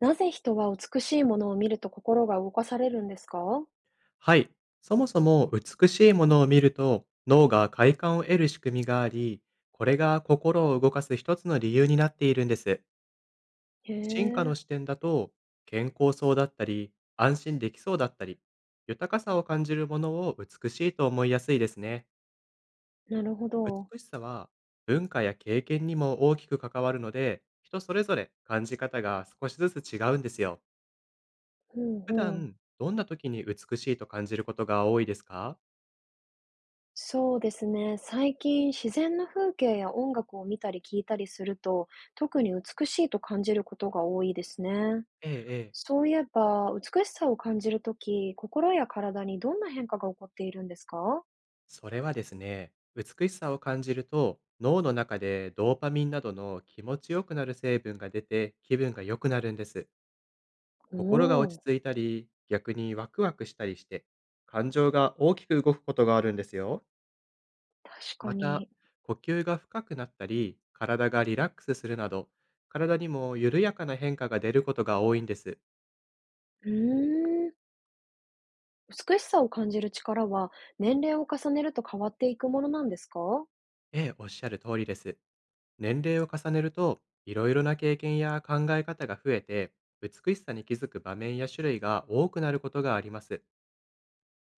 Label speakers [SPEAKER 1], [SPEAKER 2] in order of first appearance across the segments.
[SPEAKER 1] なぜ人は美しいものを見ると心が動かされるんですか？
[SPEAKER 2] はい。そもそも美しいものを見ると脳が快感を得る仕組みがあり、これが心を動かす一つの理由になっているんです。
[SPEAKER 1] へ
[SPEAKER 2] 進化
[SPEAKER 1] え、
[SPEAKER 2] の視点だと、健康そうだったり、安心できそうだったり、豊かさを感じるものを美しいと思いやすいですね。
[SPEAKER 1] なるほど。
[SPEAKER 2] 美しさは文化や経験にも大きく関わるので、人それぞれ感じ方が少しずつ違うんですよ。
[SPEAKER 1] うん
[SPEAKER 2] 普
[SPEAKER 1] うん。
[SPEAKER 2] 段、どんな時に美しいと感じることが多いですか？
[SPEAKER 1] そうですね。最近自然の風景や音楽を見たり聞いたりすると、特に美しいと感じることが多いですね。
[SPEAKER 2] ええええ。
[SPEAKER 1] そういえば、美しさを感じるとき、心や体にどんな変化が起こっているんですか？
[SPEAKER 2] それはですね、美しさを感じると、脳の中でドーパミンなどの気持ちよくなる成分が出て気分が良くなるんです。
[SPEAKER 1] お
[SPEAKER 2] 心が落ち
[SPEAKER 1] お、
[SPEAKER 2] 着いたり、逆にワクワクしたりして、感情が大きく動くことがあるんですよ。
[SPEAKER 1] 確か
[SPEAKER 2] また、
[SPEAKER 1] に。
[SPEAKER 2] 呼吸が深くなったり、体がリラックスするなど、体にも緩やかな変化が出ることが多いんです。
[SPEAKER 1] うーん。美しさを感じる力は、年齢を重ねると変わっていくものなんですか？
[SPEAKER 2] ええ、おっしゃる通りです。年齢を重ねると、いろいろな経験や考え方が増えて、美しさに気づく場面や種類が多くなることがあります。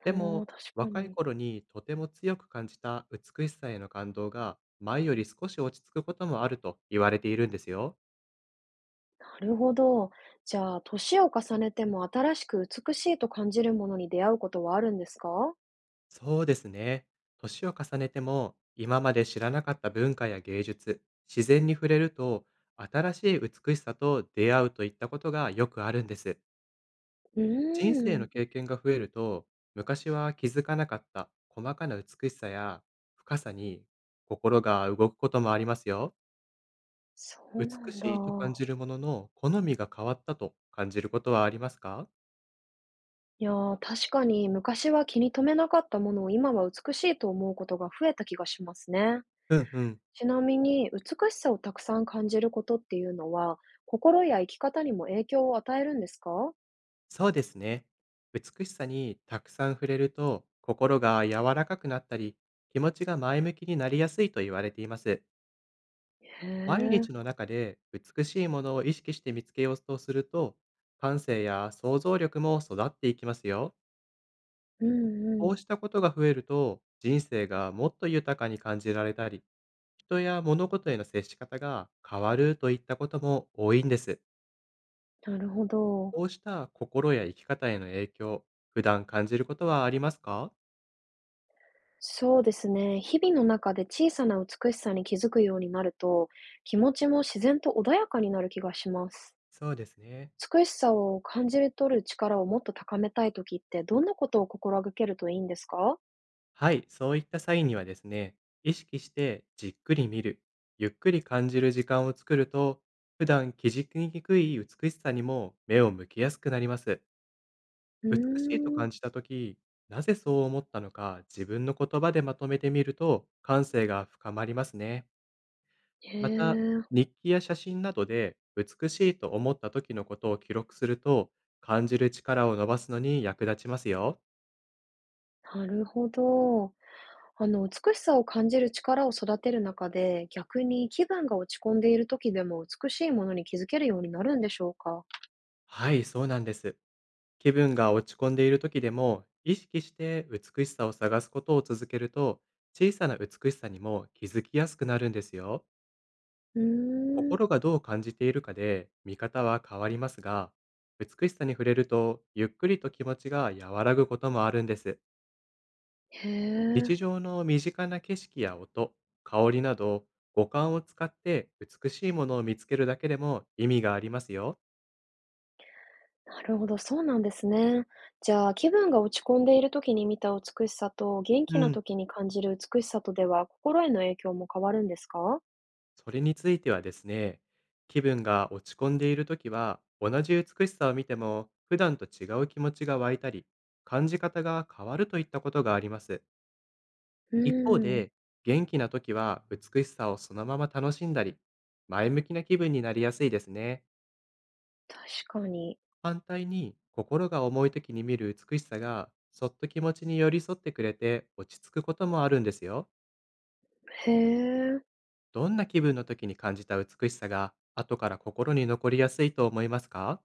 [SPEAKER 2] で
[SPEAKER 1] おお、
[SPEAKER 2] も、
[SPEAKER 1] 確か
[SPEAKER 2] 若い
[SPEAKER 1] に。
[SPEAKER 2] 頃にとても強く感じた美しさへの感動が、前より少し落ち着くこともあると言われているんですよ。
[SPEAKER 1] なるほど。じゃあ、年を重ねても新しく美しいと感じるものに出会うことはあるんですか？
[SPEAKER 2] そうですね。年を重ねても、今まで知らなかった文化や芸術、自然に触れると、新しい美しさと出会うといったことがよくあるんです。
[SPEAKER 1] う
[SPEAKER 2] 人生
[SPEAKER 1] ー
[SPEAKER 2] の
[SPEAKER 1] ん、
[SPEAKER 2] 経験が増えると、昔は気づかなかった細かな美しさや深さに心が動くこともありますよ。
[SPEAKER 1] そうな
[SPEAKER 2] 美
[SPEAKER 1] んだ。
[SPEAKER 2] しいと感じるものの好みが変わったと感じることはありますか？
[SPEAKER 1] いやー、確かに昔は気に留めなかったものを今は美しいと思うことが増えた気がしますね。
[SPEAKER 2] うんうん、
[SPEAKER 1] ちなみに、美しさをたくさん感じることっていうのは、心や生き方にも影響を与えるんですか？
[SPEAKER 2] そうですね。美しさにたくさん触れると心が柔らかくなったり、気持ちが前向きになりやすいと言われています。
[SPEAKER 1] へ
[SPEAKER 2] 毎
[SPEAKER 1] え、
[SPEAKER 2] 日の中で美しいものを意識して見つけようとすると、感性や想像力も育っていきますよ。
[SPEAKER 1] うんう
[SPEAKER 2] こう
[SPEAKER 1] ん、
[SPEAKER 2] したことが増えると、人生がもっと豊かに感じられたり、人や物事への接し方が変わるといったことも多いんです。
[SPEAKER 1] なるほど。
[SPEAKER 2] こうした心や生き方への影響、普段感じることはありますか？
[SPEAKER 1] そうですね。日々の中で小さな美しさに気づくようになると、気持ちも自然と穏やかになる気がします。
[SPEAKER 2] そうですね。
[SPEAKER 1] 美しさを感じ取る力をもっと高めたいときって、どんなことを心がけるといいんですか？
[SPEAKER 2] はい、そういった際にはですね、意識してじっくり見る、ゆっくり感じる時間を作ると、普段気づきにくい美しさにも目を向きやすくなります。
[SPEAKER 1] う
[SPEAKER 2] 美しいと
[SPEAKER 1] ーん。
[SPEAKER 2] 感じた時、なぜそう思ったのか自分の言葉でまとめてみると感性が深まりますね。
[SPEAKER 1] へ
[SPEAKER 2] また、
[SPEAKER 1] え、
[SPEAKER 2] 日記や写真などで美しいと思った時のことを記録すると感じる力を伸ばすのに役立ちますよ。
[SPEAKER 1] なるほど。あの、美しさを感じる力を育てる中で、逆に気分が落ち込んでいるときでも美しいものに気づけるようになるんでしょうか？
[SPEAKER 2] はい、そうなんです。気分が落ち込んでいる時でも意識して美しさを探すことを続けると小さな美しさにも気づきやすくなるんですよ。
[SPEAKER 1] うーん。
[SPEAKER 2] 心がどう感じているかで見方は変わりますが、美しさに触れるとゆっくりと気持ちが和らぐこともあるんです。
[SPEAKER 1] へえ。
[SPEAKER 2] 日常の身近な景色や音、香りなど五感を使って美しいものを見つけるだけでも意味がありますよ。
[SPEAKER 1] なるほど、そうなんですね。じゃあ、気分が落ち込んでいる時に見た美しさと、元
[SPEAKER 2] う
[SPEAKER 1] 気な
[SPEAKER 2] ん。
[SPEAKER 1] 時に感じる美しさとでは、心への影響も変わるんですか？
[SPEAKER 2] それについてはですね、気分が落ち込んでいるときは同じ美しさを見ても普段と違う気持ちが湧いたり、感じ方が変わるといったことがあります。
[SPEAKER 1] う
[SPEAKER 2] 一方
[SPEAKER 1] ーん、
[SPEAKER 2] で、元気な時は美しさをそのまま楽しんだり、前向きな気分になりやすいですね。
[SPEAKER 1] 確かに。
[SPEAKER 2] 反対に、心が重い時に見る美しさが、そっと気持ちに寄り添ってくれて落ち着くこともあるんですよ。
[SPEAKER 1] へえ。
[SPEAKER 2] どんな気分の時に感じた美しさが、後から心に残りやすいと思いますか？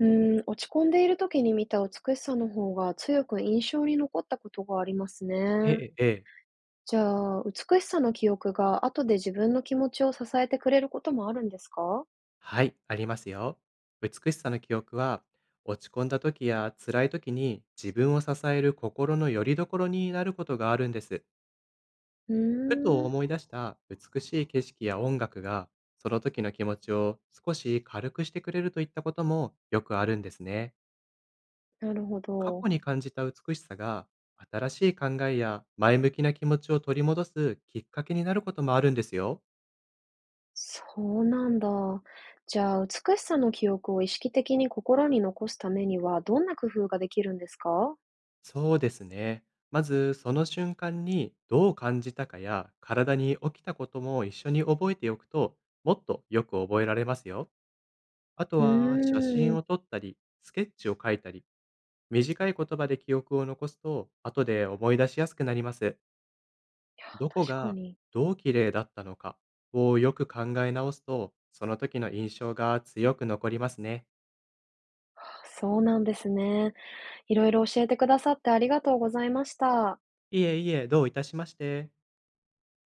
[SPEAKER 1] うーん、落ち込んでいる時に見た美しさの方が強く印象に残ったことがありますね。
[SPEAKER 2] ええ、ええ。
[SPEAKER 1] じゃあ、美しさの記憶が後で自分の気持ちを支えてくれることもあるんですか？
[SPEAKER 2] はい、ありますよ。美しさの記憶は、落ち込んだ時や辛い時に自分を支える心の拠り所になることがあるんです。
[SPEAKER 1] うー
[SPEAKER 2] ふと
[SPEAKER 1] ん、
[SPEAKER 2] 思い出した美しい景色や音楽が、その時の気持ちを少し軽くしてくれるといったこともよくあるんですね。
[SPEAKER 1] なるほ
[SPEAKER 2] 過去
[SPEAKER 1] ど。
[SPEAKER 2] に感じた美しさが、新しい考えや前向きな気持ちを取り戻すきっかけになることもあるんですよ。
[SPEAKER 1] そうなんだ。じゃあ、美しさの記憶を意識的に心に残すためには、どんな工夫ができるんですか？
[SPEAKER 2] そうですね。まず、その瞬間にどう感じたかや、体に起きたことも一緒に覚えておくと、もっとよく覚えられますよ。あと
[SPEAKER 1] う
[SPEAKER 2] は、写
[SPEAKER 1] ー
[SPEAKER 2] 真
[SPEAKER 1] ん、
[SPEAKER 2] を撮ったり、スケッチを描いたり、短い言葉で記憶を残すと、後で思い出しやすくなります。どこ
[SPEAKER 1] 確か
[SPEAKER 2] が
[SPEAKER 1] に。
[SPEAKER 2] どう綺麗だったのかをよく考え直すと、その時の印象が強く残りますね。
[SPEAKER 1] そうなんですね。いろいろ教えてくださってありがとうございました。
[SPEAKER 2] いえいえ、どういたしまして。